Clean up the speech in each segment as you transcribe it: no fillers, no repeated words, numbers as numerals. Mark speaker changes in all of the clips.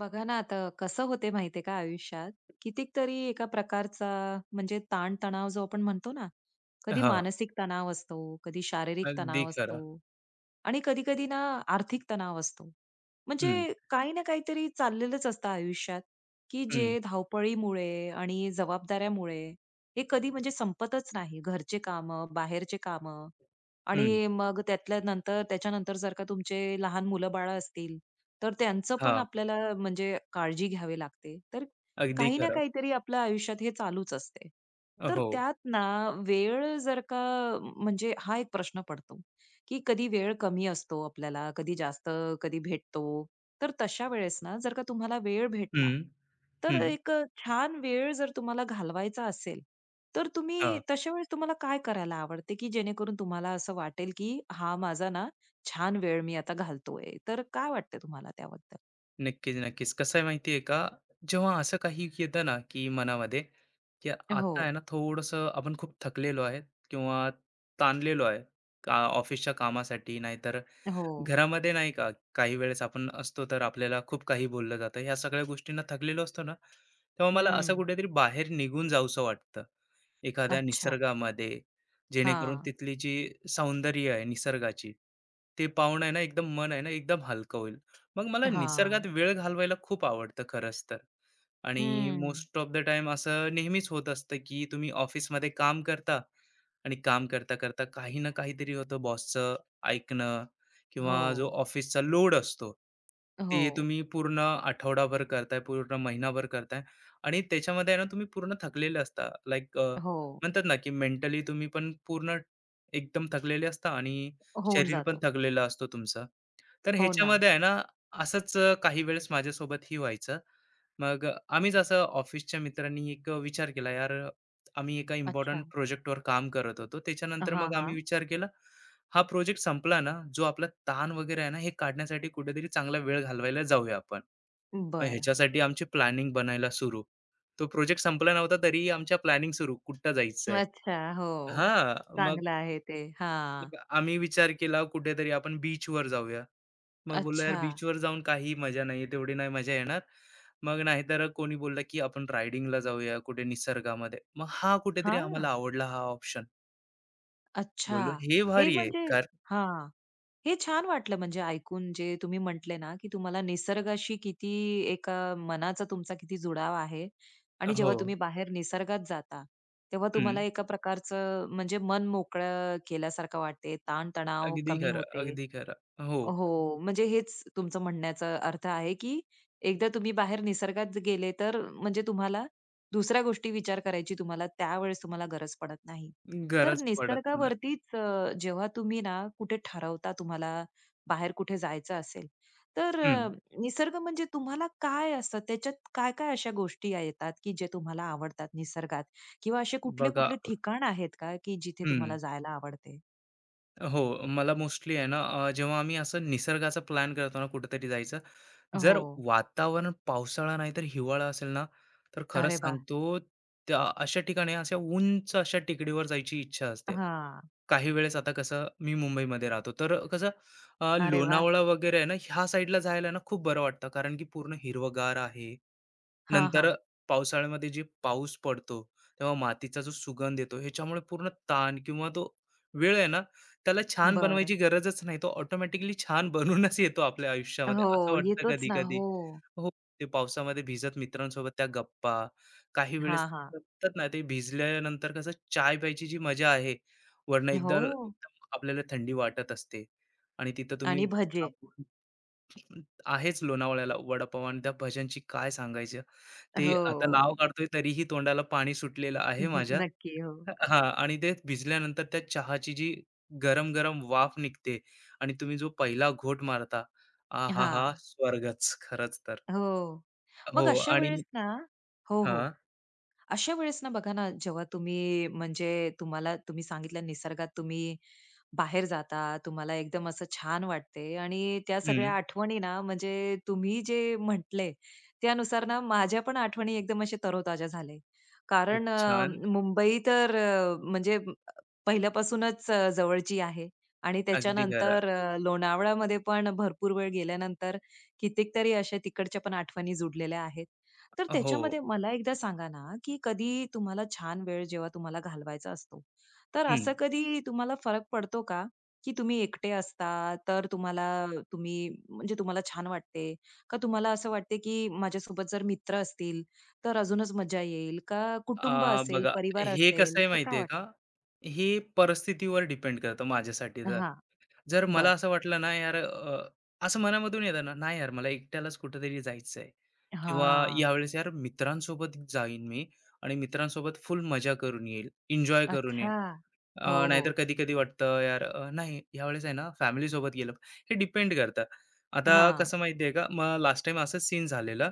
Speaker 1: बघा ना आता कसं होते माहितीये का आयुष्यात कितीक तरी एका प्रकारचा म्हणजे ताणतणाव जो आपण म्हणतो ना. कधी
Speaker 2: हां,
Speaker 1: मानसिक तणाव असतो, कधी शारीरिक
Speaker 2: अगदी
Speaker 1: तणाव असतो
Speaker 2: खरं.
Speaker 1: आणि कधी-कधी ना आर्थिक तणाव असतो. म्हणजे
Speaker 2: हं,
Speaker 1: काही ना काहीतरी चाललेलंच असतं आयुष्यात, की जे
Speaker 2: हं,
Speaker 1: धावपळीमुळे आणि जबाबदाऱ्यामुळे हे कधी म्हणजे संपतच नाही. घरचे कामं, बाहेरचे काम,
Speaker 2: हं.
Speaker 1: आणि मग त्यातल्या नंतर त्याच्यानंतर जर का तुमचे लहान मुलं-बाळं असतील, तर त्यांचं पण
Speaker 2: हां,
Speaker 1: आपल्याला म्हणजे काळजी घ्यावी लागते. तर
Speaker 2: अगदी
Speaker 1: काही ना
Speaker 2: खरं.
Speaker 1: काहीतरी आपल्या आयुष्यात हे चालूच असते. तर
Speaker 2: हो.
Speaker 1: त्यात ना वेळ जर का म्हणजे हा एक प्रश्न पडतो. की कधी वेळ कमी असतो आपल्याला, कधी जास्त, कधी भेटतो. तर तशा वेळेस ना, जर का तुम्हाला वेळ भेटला,
Speaker 2: हं,
Speaker 1: तर
Speaker 2: हं.
Speaker 1: एक छान वेळ जर तुम्हाला घालवायचा असेल, तर तुम्ही
Speaker 2: हां,
Speaker 1: तशा वेळेस तुम्हाला काय करायला आवडते, की जेणेकरून तुम्हाला असं वाटेल, की हा माझा ना छान वेळ मी आता घालतोय. तर काय वाटतं तुम्हाला त्याबद्दल?
Speaker 2: नक्कीच, नक्कीच. कसं आहे माहिती आहे का, जेव्हा असं काही येतं ना, की मनामध्ये, की
Speaker 1: हो,
Speaker 2: आता आहे ना, थोडंसं आपण खूप थकलेलो आहे किंवा ताणलेलो आहे का ऑफिसच्या कामासाठी, नाहीतर
Speaker 1: हो.
Speaker 2: घरामध्ये नाही का, काही वेळेस आपण असतो, तर आपल्याला खूप काही बोललं जातं. ह्या सगळ्या गोष्टींना थकलेलो असतो ना, तेव्हा मला असं
Speaker 1: हं.
Speaker 2: कुठेतरी बाहेर निघून जावसं वाटतं. एखाद्या
Speaker 1: अच्छा.
Speaker 2: निसर्गामध्ये, जेणेकरून
Speaker 1: हां,
Speaker 2: तिथली जी सौंदर्य आहे निसर्गाची, ते पाहून आहे ना एकदम मन आहे ना एकदम हलकं होईल. मग मला निसर्गात
Speaker 1: हां.
Speaker 2: वेळ घालवायला खूप आवडतं खरंच तर. आणि
Speaker 1: हं.
Speaker 2: मोस्ट ऑफ द टाईम असं नेहमीच होत असतं, की तुम्ही ऑफिसमध्ये काम करता आणि काम करता करता काही ना काहीतरी होतं बॉसचं ऐकणं किंवा जो
Speaker 1: हो,
Speaker 2: ऑफिसचा लोड असतो ते
Speaker 1: हो,
Speaker 2: तुम्ही पूर्ण आठवडाभर करताय पूर्ण महिनाभर करताय आणि त्याच्यामध्ये आहे ना तुम्ही पूर्ण थकलेले असता लाईक
Speaker 1: हो.
Speaker 2: म्हणतात ना की मेंटली तुम्ही पण पूर्ण एकदम थकलेले असता आणि
Speaker 1: होऊन
Speaker 2: शरीर पण
Speaker 1: जातो.
Speaker 2: थकलेलं असतो तुमचं तर
Speaker 1: हो ना.
Speaker 2: ह्याच्यामध्ये आहे ना असंच काही वेळेस माझ्यासोबतही व्हायचं मग आम्हीच असं ऑफिसच्या मित्रांनी एक विचार केला यार आम्ही एका
Speaker 1: अच्छा.
Speaker 2: इम्पॉर्टंट प्रोजेक्टवर काम करत होतो. त्याच्यानंतर
Speaker 1: हां,
Speaker 2: मग आम्ही
Speaker 1: हां.
Speaker 2: विचार केला, हा प्रोजेक्ट संपला ना, जो आपला ताण वगैरे आहे ना, हे काढण्यासाठी कुठेतरी चांगला वेळ घालवायला जाऊया आपण. मग
Speaker 1: बरं.
Speaker 2: ह्याच्यासाठी आमची प्लॅनिंग बनायला सुरू. तो प्रोजेक्ट संपला नव्हता तरीही आमच्या प्लॅनिंग सुरू, कुठं जायचं आहे?
Speaker 1: अच्छा. हो.
Speaker 2: हां, मग
Speaker 1: चांगलं आहे ते. हां.
Speaker 2: मग आम्ही विचार केला कुठेतरी आपण बीचवर जाऊया. मग बोललो, "यार
Speaker 1: अच्छा.
Speaker 2: बीचवर जाऊन काही मजा नाही तेवढी नाही मजा येणार." मग नाहीतर कोणी बोललं, की आपण रायडिंगला जाऊया कुठे निसर्गामध्ये. मग हा कुठेतरी
Speaker 1: हां.
Speaker 2: आम्हाला आवडला हा ऑप्शन.
Speaker 1: अच्छा.
Speaker 2: बोललो, हे
Speaker 1: हे
Speaker 2: भारी आहे.
Speaker 1: म्हणजे
Speaker 2: कारण
Speaker 1: हां. हे छान वाटलं म्हणजे ऐकून जे तुम्ही म्हटले ना, की तुम्हाला निसर्गाशी किती एक मनाचा तुमचा किती जुडाव आहे आणि
Speaker 2: हो.
Speaker 1: जेव्हा तुम्ही बाहेर निसर्गात जाता, तेव्हा तुम्हाला
Speaker 2: हं.
Speaker 1: एका प्रकारचं म्हणजे मन मोकळं केल्यासारखं वाटते, ताण
Speaker 2: अगदी
Speaker 1: कमी
Speaker 2: खरं,
Speaker 1: होते.
Speaker 2: अगदी खरं. हो.
Speaker 1: हो, म्हणजे हेच तुमचं म्हणण्याचा अर्थ आहे, की एकदा तुम्ही बाहेर निसर्गात गेले, तर म्हणजे तुम्हाला दुसऱ्या गोष्टी विचार करायची तुम्हाला त्यावेळेस तुम्हाला गरज पडत नाही. तर
Speaker 2: गरज पडत नाही.
Speaker 1: निसर्गावरतीच जेव्हा तुम्ही ना कुठे ठरवता तुम्हाला बाहेर कुठे जायचं असेल, तर
Speaker 2: हं.
Speaker 1: निसर्ग म्हणजे तुम्हाला काय असतं? त्याच्यात काय-काय अशा गोष्टी या येतात, की जे तुम्हाला आवडतात निसर्गात? किंवा असे
Speaker 2: बघा
Speaker 1: कुठले-कुठले ठिकाण आहेत का, की जिथे
Speaker 2: हं.
Speaker 1: तुम्हाला जायला आवडते?
Speaker 2: हो, मला मोस्टली आहे ना जेव्हा आम्ही असं निसर्गाचा प्लॅन करतो ना कुठेतरी जायचं,
Speaker 1: हो.
Speaker 2: जर वातावरण पावसाळा नाही तर हिवाळा असेल ना, तर खरंच
Speaker 1: अरे वाह!
Speaker 2: सांगतो त्या अशा ठिकाणी अशा उंच अशा टेकडीवर जायची इच्छा असते.
Speaker 1: हां.
Speaker 2: काही वेळेस आता कसं मी मुंबईमध्ये राहतो तर कसं
Speaker 1: अरे वाह!
Speaker 2: लोणावळा वगैरे आहे ना ह्या साईडला जायला ना खूप बरं वाटतं कारण की पूर्ण हिरवगार आहे
Speaker 1: हां,
Speaker 2: नंतर
Speaker 1: हां.
Speaker 2: पावसाळ्यामध्ये जे पाऊस पडतो, तेव्हा मातीचा जो सुगंध येतो, ह्याच्यामुळे पूर्ण ताण किंवा तो वेळ आहे ना, त्याला छान
Speaker 1: बरं.
Speaker 2: बनवायची गरजच नाही. तो ऑटोमॅटिकली छान बनूनच येतो आपल्या आयुष्यामध्ये,
Speaker 1: हो,
Speaker 2: असं वाटतं
Speaker 1: येतोच ना.
Speaker 2: कधी-कधी.
Speaker 1: हो.
Speaker 2: हो, ते पावसामध्ये भिजत मित्रांसोबत त्या गप्पा, काही वेळेस
Speaker 1: हां, हां.
Speaker 2: म्हणतात ना, ते भिजल्यानंतर कसं चाय प्यायची जी मजा आहे, वरनं एकदा
Speaker 1: हो.
Speaker 2: एकदम आपल्याला थंडी वाटत असते आणि तिथं तुम्ही
Speaker 1: आणि भजे.
Speaker 2: थांबून- आहेच लोणावळ्याला वडापाव आणि त्या भज्यांची काय सांगायची. ते आता
Speaker 1: हो.
Speaker 2: नाव काढतोय तरीही तोंडाला पाणी सुटलेलं आहे माझ्या.
Speaker 1: नक्की. हो.
Speaker 2: हां आणि ते भिजल्यानंतर त्या चहाची जी गरम-गरम वाफ निघते आणि तुम्ही जो पहिला घोट मारता, आहाहा!
Speaker 1: हां.
Speaker 2: स्वर्गच खरंच तर.
Speaker 1: हो.
Speaker 2: हो
Speaker 1: मग अशा
Speaker 2: आणि
Speaker 1: वेळेस ना हो, हो.
Speaker 2: हां,
Speaker 1: अशा वेळेस ना बघा ना, जेव्हा तुम्ही म्हणजे तुम्हाला तुम्ही सांगितलं निसर्गात तुम्ही बाहेर जाता, तुम्हाला एकदम असं छान वाटते आणि त्या सगळ्या
Speaker 2: हं.
Speaker 1: आठवणी ना म्हणजे तुम्ही जे म्हटले, त्यानुसार ना माझ्या पण आठवणी एकदम अशा तरोताजा झाल्या.
Speaker 2: खूप
Speaker 1: कारण
Speaker 2: छान.
Speaker 1: मुंबई तर म्हणजे पहिल्यापासूनच जवळची आहे आणि
Speaker 2: अगदी खरं.
Speaker 1: त्याच्यानंतर लोणावळ्यामध्ये पण भरपूर वेळ गेल्यानंतर कितीतरी अशा तिकडच्या पण आठवणी जुडलेल्या आहेत. तर
Speaker 2: हो,
Speaker 1: त्याच्यामध्ये मला एकदा सांगा ना, की कधी तुम्हाला छान वेळ जेव्हा तुम्हाला घालवायचा असतो, तर
Speaker 2: हं.
Speaker 1: असं कधी तुम्हाला फरक पडतो का, की तुम्ही एकटे असता तर तुम्हाला तुम्ही म्हणजे तुम्हाला छान वाटते? का तुम्हाला असं वाटते, की माझ्यासोबत जर मित्र असतील तर अजूनच मजा येईल? का कुटुंब
Speaker 2: अ,
Speaker 1: असेल,
Speaker 2: बघा
Speaker 1: परिवार
Speaker 2: हे कसं
Speaker 1: असेल
Speaker 2: आहे
Speaker 1: तर काय
Speaker 2: माहिती का?
Speaker 1: वाटते?
Speaker 2: हे परिस्थितीवर डिपेंड करतं माझ्यासाठी तर.
Speaker 1: हां.
Speaker 2: जर मला
Speaker 1: बरं.
Speaker 2: असं वाटलं ना यार असं मनामधून येतं ना, नाही यार मला एकट्यालाच कुठेतरी जायचंय किंवा
Speaker 1: हां.
Speaker 2: यावेळेस यार मित्रांसोबत जाईन मी आणि मित्रांसोबत फुल मजा करून येईल, एन्जॉय करून
Speaker 1: अच्छा.
Speaker 2: येईल.
Speaker 1: हो, हो.
Speaker 2: नाहीतर कधी-कधी वाटतं यार नाही ह्यावेळेस आहे ना फॅमिलीसोबत गेलं. हे डिपेंड करतं. आता
Speaker 1: हां.
Speaker 2: कसं माहिती आहे का, मग लास्ट टाइम असंच सीन झालेलं.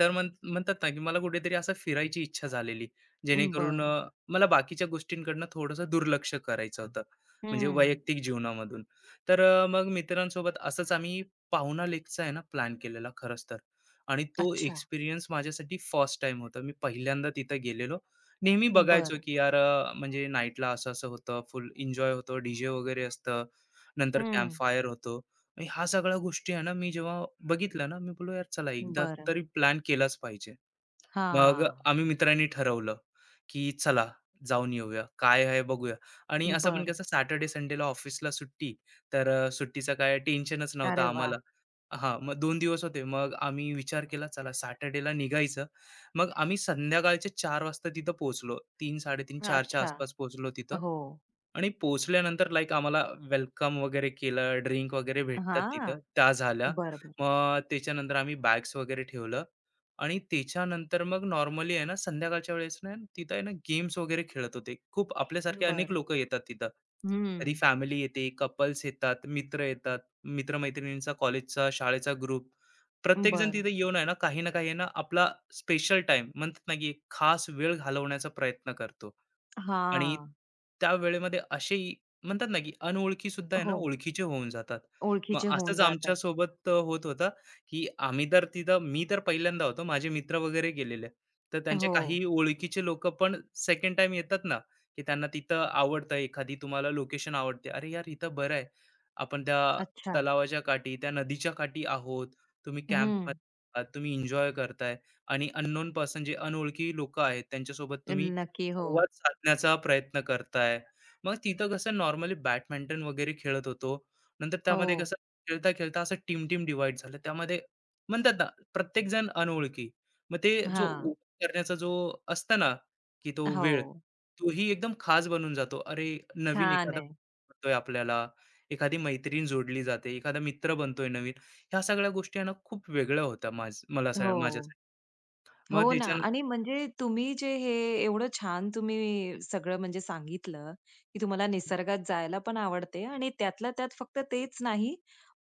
Speaker 2: तर म्हणतात ना, की मला कुठेतरी असं फिरायची इच्छा झालेली. जेणेकरून
Speaker 1: बरं.
Speaker 2: मला बाकीच्या गोष्टींकडनं थोडंसं दुर्लक्ष करायचं होतं. म्हणजे
Speaker 1: हं.
Speaker 2: वैयक्तिक जीवनामधून. तर मग मित्रांसोबत असंच आम्ही पाहुणा लेकचा आहे ना प्लॅन केलेला खरंच तर. आणि तो
Speaker 1: अच्छा.
Speaker 2: एक्सपिरियन्स माझ्यासाठी फर्स्ट टाईम होता. मी पहिल्यांदा तिथं गेलेलो नेहमी बघायचो
Speaker 1: बरं.
Speaker 2: की यार म्हणजे नाईटला असं-असं होतं, फुल एन्जॉय होतो, डीजे वगैरे असतं, नंतर
Speaker 1: हं.
Speaker 2: कॅम्पफायर होतो. आणि ह्या सगळ्या गोष्टी आहे ना, मी जेव्हा बघितलं ना, मी बोललो, "यार चला एकदा
Speaker 1: बरं.
Speaker 2: तरी प्लॅन केलाच पाहिजे." मग
Speaker 1: हां.
Speaker 2: आम्ही मित्रांनी ठरवलं की चला जाऊन येऊया, काय आहे बघूया. आणि असं पण
Speaker 1: बरं.
Speaker 2: कसं सॅटर्डे संडेला ऑफिसला सुट्टी, तर सुट्टीचं काय टेन्शनच नव्हतं
Speaker 1: अरे वाह!
Speaker 2: आम्हाला. हां, मग 2 दिवस होते. मग आम्ही विचार केला चला सॅटर्डेला निघायचं. मग आम्ही संध्याकाळचे 4 वाजता तिथं पोहोचलो. 3:30, 4च्या
Speaker 1: अच्छा.
Speaker 2: आसपास पोहोचलो तिथं.
Speaker 1: हो.
Speaker 2: आणि पोहोचल्यानंतर लाईक आम्हाला वेलकम वगैरे केलं, ड्रिंक वगैरे भेटतात
Speaker 1: हां.
Speaker 2: तिथं, त्या झाल्या.
Speaker 1: बरं, बरं.
Speaker 2: मग त्याच्यानंतर आम्ही बॅग्स वगैरे ठेवलं आणि त्याच्यानंतर मग नॉर्मली आहे ना, संध्याकाळच्या वेळेस ना तिथं आहे ना, गेम्स वगैरे खेळत होते. खूप आपल्यासारखे अनेक
Speaker 1: बरं.
Speaker 2: लोकं येतात तिथं. कधी
Speaker 1: हं.
Speaker 2: फॅमिली येते, कपल्स येतात, मित्र येतात, मित्र कॉलेजचा, शाळेचा ग्रुप. प्रत्येकजण
Speaker 1: बरं.
Speaker 2: तिथे येऊन आहे ना, काही ना काही आहे ना, आपला स्पेशल टाईम म्हणतात ना, की एक खास वेळ घालवण्याचा प्रयत्न करतो. आणि
Speaker 1: हां.
Speaker 2: त्या वेळेमध्ये असेही म्हणतात ना, की अनओळखी सुद्धा आहे ना,
Speaker 1: हो.
Speaker 2: ओळखीचे होऊन जातात. मग
Speaker 1: ओळखीचे होऊन
Speaker 2: असंच आमच्या
Speaker 1: जातात.
Speaker 2: सोबत होत होतं, की आम्ही तर तिथं मी तर पहिल्यांदा होतो. माझे मित्र वगैरे गेलेले. तर त्यांचे
Speaker 1: हो.
Speaker 2: काही ओळखीचे लोकं पण सेकंड टाइम येतात ना, की त्यांना तिथं आवडतं एखादी तुम्हाला लोकेशन आवडते. "अरे यार, इथं बरं आहे. आपण त्या
Speaker 1: अच्छा.
Speaker 2: तलावाच्या काठी, त्या नदीच्या काठी आहोत. तुम्ही
Speaker 1: हं.
Speaker 2: कॅम्पमध्ये तुम्ही एन्जॉय करताय आणि अननोन पर्सन जे अनोळखी लोकं आहेत, त्यांच्यासोबत तुम्ही
Speaker 1: नक्की. हो.
Speaker 2: संवाद साधण्याचा प्रयत्न करताय. मग तिथं कसं नॉर्मली बॅडमिंटन वगैरे खेळत होतो. नंतर
Speaker 1: हो.
Speaker 2: त्यामध्ये कसं खेळता-खेळता असं टीम-टीम डिव्हाईड झालं. त्यामध्ये म्हणतात ना, प्रत्येकजण अनोळखी. मग ते जो
Speaker 1: हां.
Speaker 2: उभा करण्याचा जो असतं ना, की तो वेळ,
Speaker 1: हो.
Speaker 2: तोही एकदम खास बनून जातो. अरे, नवीन
Speaker 1: छान
Speaker 2: एखादा
Speaker 1: आहे.
Speaker 2: बनतोय आपल्याला, एखादी मैत्रीण जोडली जाते, एखादा मित्र बनतोय नवीन. ह्या सगळ्या गोष्टी आहे ना, खूप वेगळ्या होत्या माझ मला स
Speaker 1: हो.
Speaker 2: माझ्यासाठी. मग
Speaker 1: हो ना,
Speaker 2: त्याच्यानंतर
Speaker 1: आणि म्हणजे तुम्ही जे हे एवढं छान तुम्ही सगळं म्हणजे सांगितलं, की तुम्हाला निसर्गात जायला पण आवडते आणि त्यातल्या त्यात फक्त तेच नाही,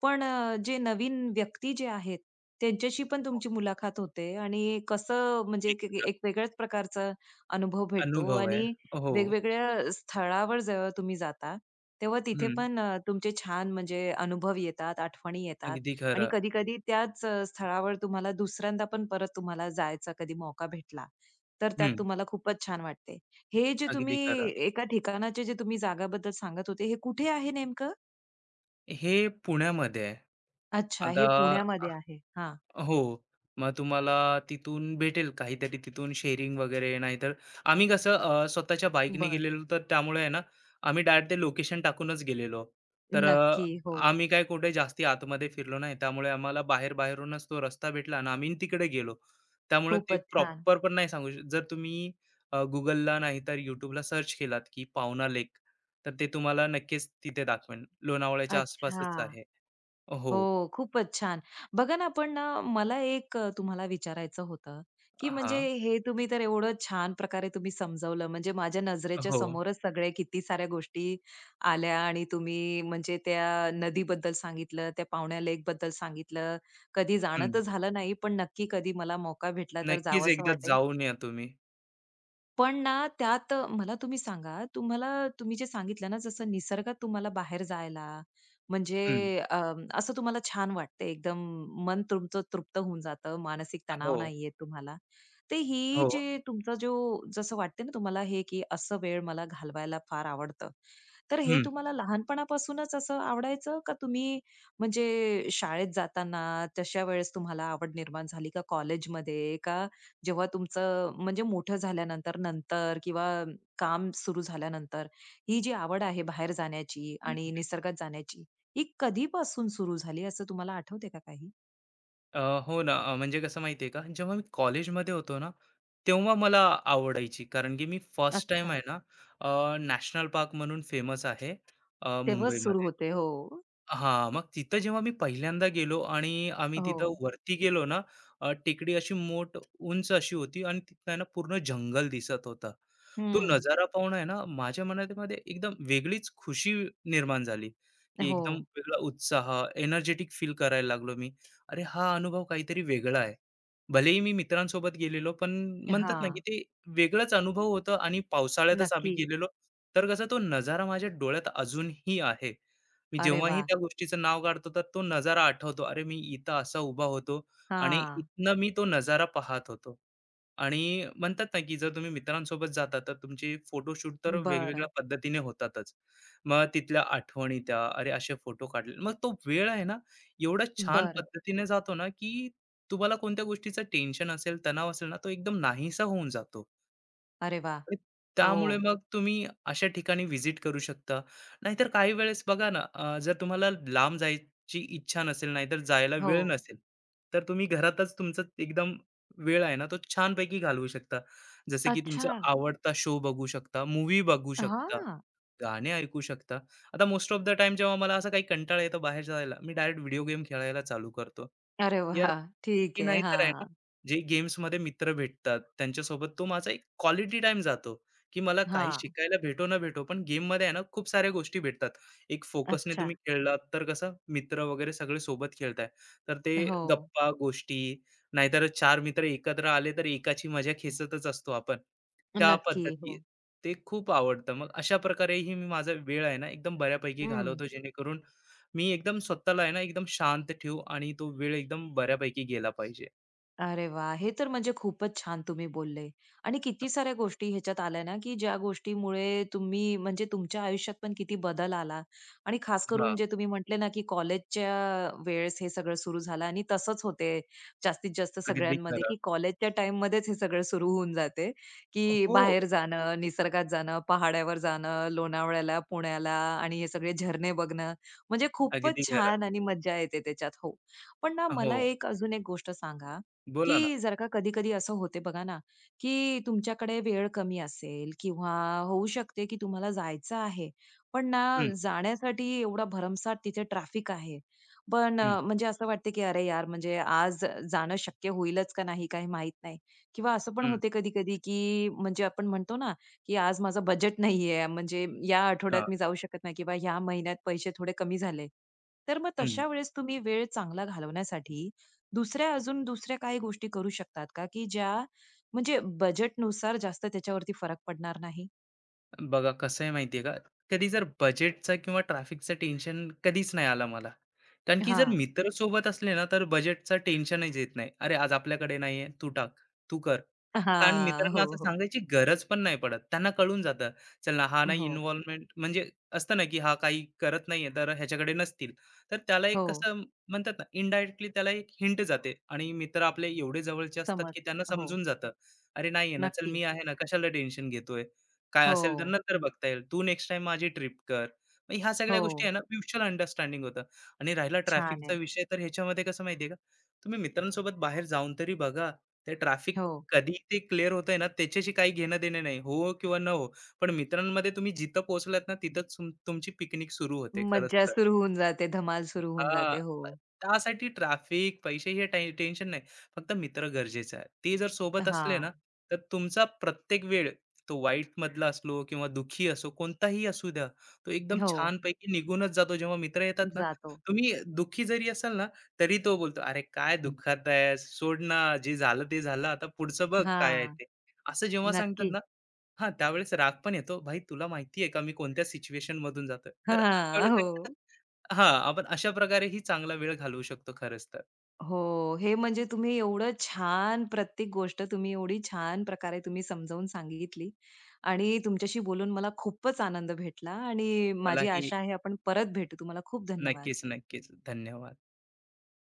Speaker 1: पण जे नवीन व्यक्ती जे आहेत, त्यांच्याशी पण तुमची मुलाखत होते आणि कसं म्हणजे
Speaker 2: एक
Speaker 1: एक एक एक वेगळ्याच प्रकारचा अनुभव भेटतो
Speaker 2: अनुभव आहे.
Speaker 1: आणि
Speaker 2: हो.
Speaker 1: वेगवेगळ्या स्थळावर जेव्हा तुम्ही जाता, तेव्हा तिथे
Speaker 2: हं.
Speaker 1: पण तुमचे छान म्हणजे अनुभव येतात, आठवणी येतात.
Speaker 2: अगदी
Speaker 1: आणि
Speaker 2: खरं.
Speaker 1: कधी-कधी त्याच स्थळावर तुम्हाला दुसऱ्यांदा पण परत तुम्हाला जायचा कधी मौका भेटला, तर त्यात
Speaker 2: हं,
Speaker 1: तुम्हाला खूपच छान वाटते. हे जे
Speaker 2: अगदी
Speaker 1: तुम्ही
Speaker 2: खरं.
Speaker 1: एका ठिकाणाचे जे तुम्ही जागाबद्दल सांगत होते, हे कुठे आहे नेमकं?
Speaker 2: हे पुण्यामध्ये आहे.
Speaker 1: अच्छा,
Speaker 2: आता
Speaker 1: हे पुण्यामध्ये आहे. हां,
Speaker 2: हो. मग तुम्हाला तिथून भेटेल काहीतरी तिथून शेअरिंग वगैरे. नाहीतर आम्ही कसं स्वतःच्या बाईकने
Speaker 1: बरं.
Speaker 2: गेलेलो तर त्यामुळे आहे ना, आम्ही डायरेक्ट ते लोकेशन टाकूनच गेलेलो. तर
Speaker 1: नक्की. हो.
Speaker 2: आम्ही काय कुठे जास्ती आतमध्ये फिरलो नाही. त्यामुळे आम्हाला बाहेर-बाहेरूनच तो रस्ता भेटला आणि आम्ही तिकडे गेलो. त्यामुळे ते
Speaker 1: खूपच छान.
Speaker 2: प्रॉपर पण नाही सांगू शकत. जर तुम्ही Googleला नाहीतर YouTubeला सर्च केलात, की पावना लेक, तर ते तुम्हाला नक्कीच तिथे दाखवेल. लोणावळ्याच्या
Speaker 1: अच्छा.
Speaker 2: आसपासच आहे. हो.
Speaker 1: हो, खूपच छान. बघा ना, पण ना मला एक तुम्हाला विचारायचं होतं, की म्हणजे
Speaker 2: हां.
Speaker 1: हे तुम्ही तर एवढं छान प्रकारे तुम्ही समजावलं, म्हणजे माझ्या नजरेच्या
Speaker 2: हो.
Speaker 1: समोरच सगळे किती साऱ्या गोष्टी आल्या आणि तुम्ही म्हणजे त्या नदीबद्दल सांगितलं, त्या पावण्या लेकबद्दल सांगितलं. कधी जाणं
Speaker 2: हं.
Speaker 1: तर झालं नाही, पण नक्की कधी मला मौका भेटला तर
Speaker 2: नक्कीच
Speaker 1: जावंसं
Speaker 2: एकदा
Speaker 1: वाटेल.
Speaker 2: जाऊन या तुम्ही.
Speaker 1: पण ना, त्यात मला तुम्ही सांगा, तुम्हाला तुम्ही जे सांगितलं ना, जसं निसर्गात तुम्हाला बाहेर जायला म्हणजे
Speaker 2: हं.
Speaker 1: अ, असं तुम्हाला छान वाटतं, एकदम मन तुमचं तृप्त होऊन जातं, मानसिक
Speaker 2: हो,
Speaker 1: तणाव नाही येत तुम्हाला. तर ही
Speaker 2: हो.
Speaker 1: जे तुमचा जो जसं वाटते ना तुम्हाला हे, की असं वेळ मला घालवायला फार आवडतं. तर हे
Speaker 2: हं,
Speaker 1: तुम्हाला लहानपणापासूनच असं आवडायचं का तुम्ही म्हणजे शाळेत जाताना तशा वेळेस तुम्हाला आवड निर्माण झाली का कॉलेजमध्ये का जेव्हा तुमचं म्हणजे मोठं झाल्यानंतर नंतर किंवा काम सुरू झाल्यानंतर ही जी आवड आहे बाहेर जाण्याची आणि
Speaker 2: हं.
Speaker 1: निसर्गात जाण्याची ही कधीपासून सुरू झाली असं तुम्हाला आठवते का काही?
Speaker 2: अ, हो ना, म्हणजे कसं माहिती आहे का, जेव्हा मी कॉलेजमध्ये होतो ना, तेव्हा मला आवडायची. कारण की मी फर्स्ट टाइम
Speaker 1: अच्छा.
Speaker 2: आहे ना, नॅशनल पार्क म्हणून फेमस आहे
Speaker 1: तेव्हाच सुरू
Speaker 2: मुंबईमध्ये.
Speaker 1: होते. हो.
Speaker 2: हां, मग तिथं जेव्हा मी पहिल्यांदा गेलो आणि आम्ही
Speaker 1: हो.
Speaker 2: तिथं वरती गेलो ना, टेकडी अशी मोठ उंच अशी होती आणि तिथं आहे ना पूर्ण जंगल दिसत होता. तो
Speaker 1: हं.
Speaker 2: नजारा पाहून आहे ना माझ्या मनामध्ये एकदम वेगळीच खुशी निर्माण झाली, की
Speaker 1: हो.
Speaker 2: एकदम वेगळा उत्साह, एनर्जेटिक फील करायला लागलो मी. अरे हा अनुभव काहीतरी वेगळा आहे. भलेही मी मित्रांसोबत गेलेलो, पण म्हणतात ना, की
Speaker 1: हं.
Speaker 2: ते वेगळाच अनुभव होता आणि पावसाळ्यातच आम्ही
Speaker 1: नक्की.
Speaker 2: गेलेलो, तर कसा तो नजारा माझ्या डोळ्यात अजूनही आहे. मी
Speaker 1: अरे
Speaker 2: जेव्हाही
Speaker 1: वाह!
Speaker 2: त्या गोष्टीचं नाव काढतो, तर तो नजारा आठवतो. अरे, मी इथं असा उभा होतो आणि
Speaker 1: हां.
Speaker 2: इथनं मी तो नजारा पाहत होतो. आणि म्हणतात ना, की जर तुम्ही मित्रांसोबत जाता, तर तुमचे फोटोशूट तर
Speaker 1: बर,
Speaker 2: वेगवेगळ्या पद्धतीने होतातच. मग तिथल्या आठवणी त्या, अरे, असे फोटो काढले. मग तो वेळ आहे ना, एवढा छान
Speaker 1: बरं.
Speaker 2: पद्धतीने जातो ना, की तुम्हाला कोणत्या गोष्टीचं टेन्शन असेल, तणाव असेल ना, तो एकदम नाहीसा होऊन जातो.
Speaker 1: अरे वाह!
Speaker 2: आणि
Speaker 1: हो.
Speaker 2: त्यामुळे मग तुम्ही अशा ठिकाणी व्हिजिट करू शकता. नाहीतर काही वेळेस बघा ना, जर तुम्हाला लांब जायची इच्छा नसेल, नाहीतर जायला
Speaker 1: हो.
Speaker 2: वेळ नसेल, तर तुम्ही घरातच तुमचा एकदम वेळ आहे ना, तो छानपैकी घालवू शकता. जसं की तुमचा
Speaker 1: अच्छा.
Speaker 2: आवडता शो बघू शकता, मूव्ही बघू शकता,
Speaker 1: हां.
Speaker 2: गाणे ऐकू शकता. आता मोस्ट ऑफ द टाईम जेव्हा मला असा काही कंटाळा येतो बाहेर जायला, मी डायरेक्ट व्हिडिओ गेम खेळायला चालू करतो.
Speaker 1: अरे वाह!
Speaker 2: यार
Speaker 1: ठीक
Speaker 2: की
Speaker 1: आहे.
Speaker 2: नाहीतर आहे ना,
Speaker 1: हां.
Speaker 2: जे गेम्समध्ये मित्र भेटतात, त्यांच्यासोबत तो माझा एक क्वालिटी टाईम जातो. की मला काही
Speaker 1: हां.
Speaker 2: शिकायला भेटो ना भेटो, पण गेममध्ये आहे ना खूप साऱ्या गोष्टी भेटतात. एक फोकसने
Speaker 1: अच्छा.
Speaker 2: तुम्ही खेळलात तर कसं मित्र वगैरे सगळे सोबत खेळताय, तर ते
Speaker 1: हो.
Speaker 2: गप्पा, गोष्टी नाहीतर चार मित्र एकत्र आले तर एकाची मजा खेचतच असतो आपण. त्या
Speaker 1: नक्की.
Speaker 2: पद्धती
Speaker 1: हो.
Speaker 2: ते खूप आवडतं. मग अशा प्रकारेही मी माझा वेळ आहे ना एकदम बऱ्यापैकी
Speaker 1: हं.
Speaker 2: घालवतो जेणेकरून मी एकदम स्वतःला आहे ना एकदम शांत ठेवू आणि तो वेळ एकदम बऱ्यापैकी गेला पाहिजे.
Speaker 1: अरे वाह! हे तर म्हणजे खूपच छान तुम्ही बोलले आणि किती साऱ्या गोष्टी ह्याच्यात आल्या ना, की ज्या गोष्टीमुळे तुम्ही म्हणजे तुमच्या आयुष्यात पण किती बदल आला आणि खास
Speaker 2: हां,
Speaker 1: करून जे तुम्ही म्हटले ना, की कॉलेजच्या वेळेस हे सगळं सुरू झालं आणि तसंच होते जास्तीत जास्त
Speaker 2: अगदी
Speaker 1: सगळ्यांमध्ये,
Speaker 2: खरं.
Speaker 1: की कॉलेजच्या टाईममध्येच हे सगळं सुरू होऊन जाते, की
Speaker 2: हो,
Speaker 1: बाहेर जाणं, निसर्गात जाणं, पहाड्यावर जाणं, लोणावळ्याला, पुण्याला आणि हे सगळे झरणे बघणं, म्हणजे खूपच
Speaker 2: अगदी खरं.
Speaker 1: छान आणि मज्जा येते त्याच्यात. हो. पण ना,
Speaker 2: हो,
Speaker 1: मला एक अजून एक गोष्ट सांगा, की
Speaker 2: बोला ना.
Speaker 1: जर का कधी-कधी असं होते बघा ना, की तुमच्याकडे वेळ कमी असेल किंवा होऊ शकते की तुम्हाला जायचं आहे. पण ना जाण्यासाठी एवढा भरमसाठ तिथे ट्रॅफिक आहे. पण
Speaker 2: हं,
Speaker 1: म्हणजे असं वाटते की, "अरे यार, म्हणजे आज जाणं शक्य होईलच का नाही काही माहीत नाही." किंवा असं पण
Speaker 2: हं,
Speaker 1: होते कधी-कधी की म्हणजे आपण म्हणतो ना, की, "आज माझं बजेट नाहीये, म्हणजे या
Speaker 2: हां,
Speaker 1: आठवड्यात मी जाऊ शकत नाही किंवा ह्या महिन्यात पैसे थोडे कमी झाले." तर मग
Speaker 2: हं.
Speaker 1: तशा वेळेस तुम्ही वेळ चांगला घालवण्यासाठी अजून दुसऱ्या काही गोष्टी करू शकतात का, की ज्या म्हणजे बजेटनुसार जास्त त्याच्यावरती फरक पडणार नाही?
Speaker 2: बघा कसं आहे माहिती आहे का, कधी जर बजेटचा किंवा ट्रॅफिकचं टेन्शन कधीच नाही आलं मला. कारण की जर
Speaker 1: हां.
Speaker 2: मित्र सोबत असले ना, तर बजेटचं टेन्शनच येत नाही. "अरे, आज आपल्याकडे नाही आहे, तू टाक, तू कर." कारण
Speaker 1: हां.
Speaker 2: मित्रांना असं
Speaker 1: हो, हो.
Speaker 2: सांगायची गरज पण नाही पडत. त्यांना कळून जातं, चल ना हा नाही
Speaker 1: हो,
Speaker 2: इन्व्हॉल्वमेंट म्हणजे असतं ना, की हा काही करत नाहीये, तर ह्याच्याकडे नसतील. तर त्याला एक
Speaker 1: हो.
Speaker 2: कसं म्हणतात ना, इनडायरेक्टली त्याला एक हिंट जाते आणि मित्र आपले एवढे जवळचे असतात,
Speaker 1: समज.
Speaker 2: की त्यांना
Speaker 1: हो.
Speaker 2: समजून जातं. अरे नाही आहे ना, चल
Speaker 1: नक्की.
Speaker 2: मी आहे ना, कशाला टेन्शन घेतोय? काय असेल तर
Speaker 1: हो,
Speaker 2: नंतर बघता येईल. तू नेक्स्ट टाईम माझी ट्रिप कर. मग ह्या सगळ्या
Speaker 1: हो.
Speaker 2: गोष्टी आहे ना, म्युच्युअल अंडरस्टँडिंग होतं आणि राहिला
Speaker 1: छान
Speaker 2: ट्रॅफिकचा
Speaker 1: आहे.
Speaker 2: विषय, तर ह्याच्यामध्ये कसं माहिती का, तुम्ही मित्रांसोबत बाहेर जाऊन तरी बघा. ते ट्रॅफिक
Speaker 1: हो.
Speaker 2: कधी ते क्लिअर होतंय ना, त्याच्याशी काही घेणं-देणं नाही. हो किंवा न हो, पण मित्रांमध्ये तुम्ही जिथं पोहोचलात ना, तिथंच तुमची पिकनिक सुरू होते खरंच
Speaker 1: मज्जा सुरू होऊन जाते, धमाल सुरू होऊन
Speaker 2: हां,
Speaker 1: जाते. हो.
Speaker 2: त्यासाठी ट्रॅफिक, पैसे हे टेन्शन नाही. फक्त मित्र गरजेचं आहे. ते जर सोबत असले ना,
Speaker 1: हां.
Speaker 2: तर तुमचा प्रत्येक वेळ तो वाईटमधला असलो किंवा दुःखी असो, कोणताही असू द्या, तो एकदम
Speaker 1: हो.
Speaker 2: छानपैकी निघूनच जातो. जेव्हा मित्र येतात ना,
Speaker 1: जातो.
Speaker 2: तुम्ही दुःखी जरी असाल ना, तरी तो बोलतो, "अरे काय दुःखात आहेस? सोड ना, जे झालं ते झालं. आता पुढचं बघ काय आहे
Speaker 1: हां.
Speaker 2: ते." असं जेव्हा सांगतात
Speaker 1: नक्की.
Speaker 2: ना हां, त्यावेळेस राग पण येतो. "भाई, तुला माहिती आहे का मी कोणत्या सिच्युएशनमधून जातोय?" तर अशा
Speaker 1: हा
Speaker 2: वेळेस आहे ना,
Speaker 1: हो.
Speaker 2: हां, आपण अशा प्रकारेही चांगला वेळ घालवू शकतो खरंच तर.
Speaker 1: हो. हे म्हणजे तुम्ही एवढं छान प्रत्येक गोष्ट तुम्ही एवढी छान प्रकारे तुम्ही समजावून सांगितली आणि तुमच्याशी बोलून मला खूपच आनंद भेटला आणि माझी
Speaker 2: मलाही
Speaker 1: आशा आहे आपण परत भेटू. तुम्हाला खूप धन्यवाद.
Speaker 2: नक्कीच, नक्कीच. धन्यवाद.